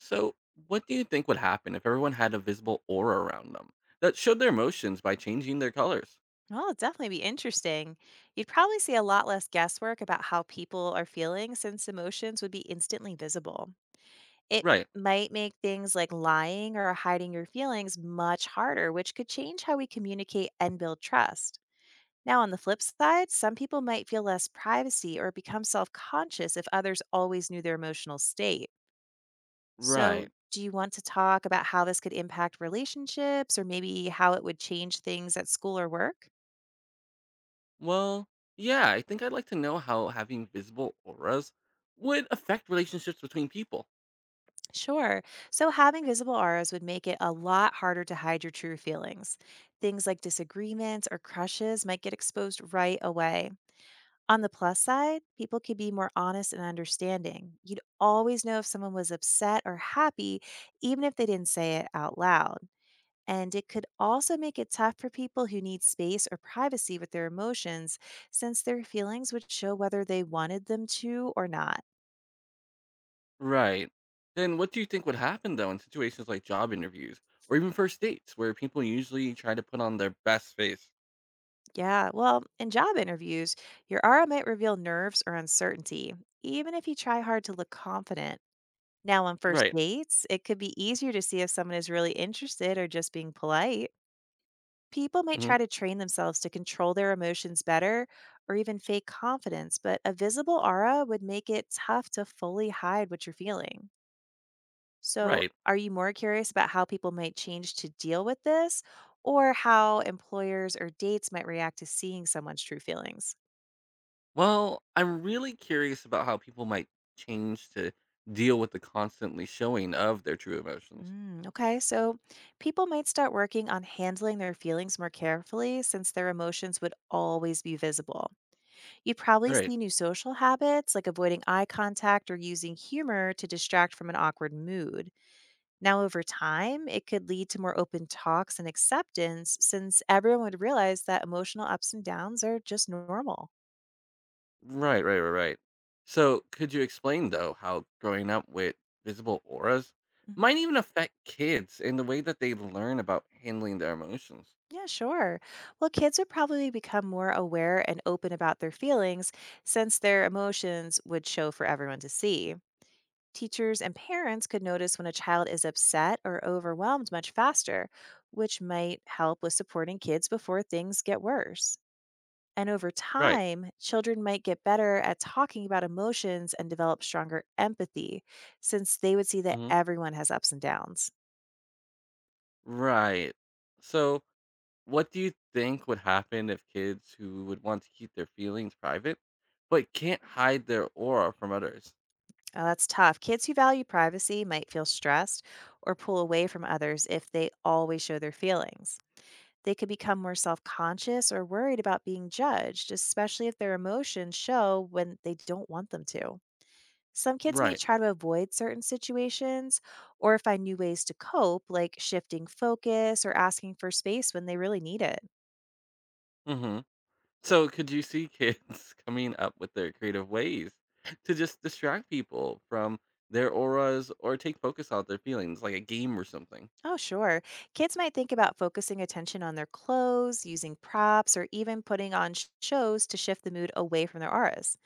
So, what do you think would happen if everyone had a visible aura around them that showed their emotions by changing their colors? Well, it'd definitely be interesting. You'd probably see a lot less guesswork about how people are feeling since emotions would be instantly visible. It Right, might make things like lying or hiding your feelings much harder, which could change how we communicate and build trust. Now, on the flip side, some people might feel less privacy or become self conscious if others always knew their emotional state. So, right. do you want to talk about how this could impact relationships or maybe how it would change things at school or work? Well, yeah, I think I'd like to know how having visible auras would affect relationships between people. Sure. So having visible auras would make it a lot harder to hide your true feelings. Things like disagreements or crushes might get exposed right away. On the plus side, people could be more honest and understanding. You'd always know if someone was upset or happy, even if they didn't say it out loud. And it could also make it tough for people who need space or privacy with their emotions, since their feelings would show whether they wanted them to or not. Right. Then, what do you think would happen though in situations like job interviews or even first dates where people usually try to put on their best face? Yeah, well, in job interviews, your aura might reveal nerves or uncertainty, even if you try hard to look confident. Now, on first Right. dates, it could be easier to see if someone is really interested or just being polite. People might Hmm. try to train themselves to control their emotions better or even fake confidence, but a visible aura would make it tough to fully hide what you're feeling. So, Right. are you more curious about how people might change to deal with this or how employers or dates might react to seeing someone's true feelings? Well, I'm really curious about how people might change to deal with the constantly showing of their true emotions. Okay, so people might start working on handling their feelings more carefully since their emotions would always be visible. You'd probably Right. see new social habits like avoiding eye contact or using humor to distract from an awkward mood. Now, over time, it could lead to more open talks and acceptance since everyone would realize that emotional ups and downs are just normal. Right, right, right, right. So, could you explain though how growing up with visible auras might even affect kids in the way that they learn about handling their emotions? Yeah, sure. Well, kids would probably become more aware and open about their feelings since their emotions would show for everyone to see. Teachers and parents could notice when a child is upset or overwhelmed much faster, which might help with supporting kids before things get worse. And over Right. time, children might get better at talking about emotions and develop stronger empathy since they would see that Hmm. everyone has ups and downs. Right. So, what do you think would happen if kids who would want to keep their feelings private but can't hide their aura from others? Oh, that's tough. Kids who value privacy might feel stressed or pull away from others if they always show their feelings. They could become more self conscious or worried about being judged, especially if their emotions show when they don't want them to. Some kids may Right. try to avoid certain situations or find new ways to cope, like shifting focus or asking for space when they really need it. Mhm. So, could you see kids coming up with their creative ways to just distract people from their auras or take focus out their feelings, like a game or something? Oh, sure. Kids might think about focusing attention on their clothes, using props, or even putting on shows to shift the mood away from their auras.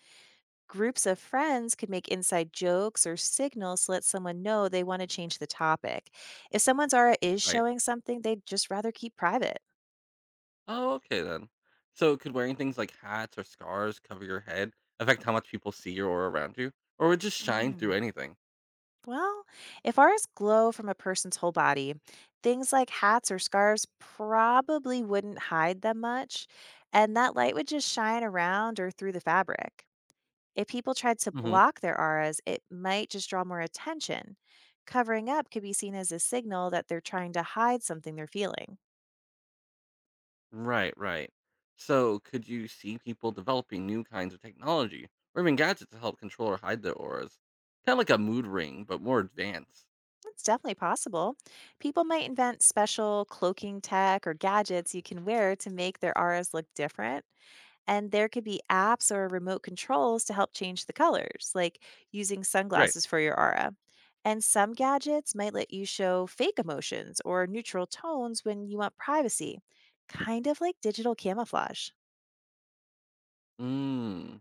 Groups of friends could make inside jokes or signals to let someone know they want to change the topic. If someone's aura is Right. showing something, they'd just rather keep private. Oh, okay then. So, could wearing things like hats or scarves cover your head affect how much people see your aura around you, or would it just shine through Mm, anything? Well, if auras glow from a person's whole body, things like hats or scarves probably wouldn't hide them much, and that light would just shine around or through the fabric. If people tried to Hmm. block their auras, it might just draw more attention. Covering up could be seen as a signal that they're trying to hide something they're feeling. Right, right. So, could you see people developing new kinds of technology or even gadgets to help control or hide their auras? Kind of like a mood ring, but more advanced. It's definitely possible. People might invent special cloaking tech or gadgets you can wear to make their auras look different. And there could be apps or remote controls to help change the colors, like using Right. sunglasses for your aura. And some gadgets might let you show fake emotions or neutral tones when you want privacy, kind of like digital camouflage. Mm.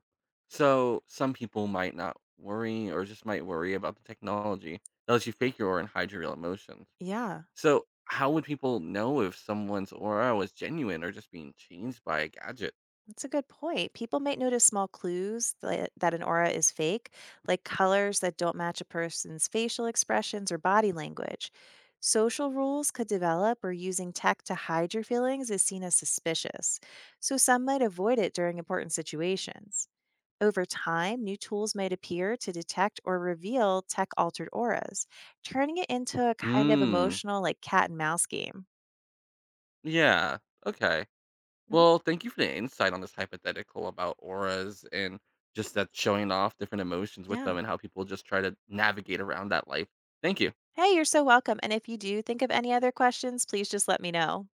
So some people might not worry or just might worry about the technology that lets you fake your aura and hide your real emotions. Yeah, So how would people know if someone's aura was genuine or just being changed by a gadget? that's a good point. People might notice small clues that an aura is fake, like colors that don't match a person's facial expressions or body language. Social rules could develop, or using tech to hide your feelings is seen as suspicious. So some might avoid it during important situations. Over time, new tools might appear to detect or reveal tech altered auras, turning it into a kind of Hmm. emotional, like cat and mouse game. Yeah. Okay. Mhm. Well, thank you for the insight on this hypothetical about auras and just that showing off different emotions with Yeah. them and how people just try to navigate around that life. Thank you. Hey, you're so welcome. And if you do think of any other questions, please just let me know.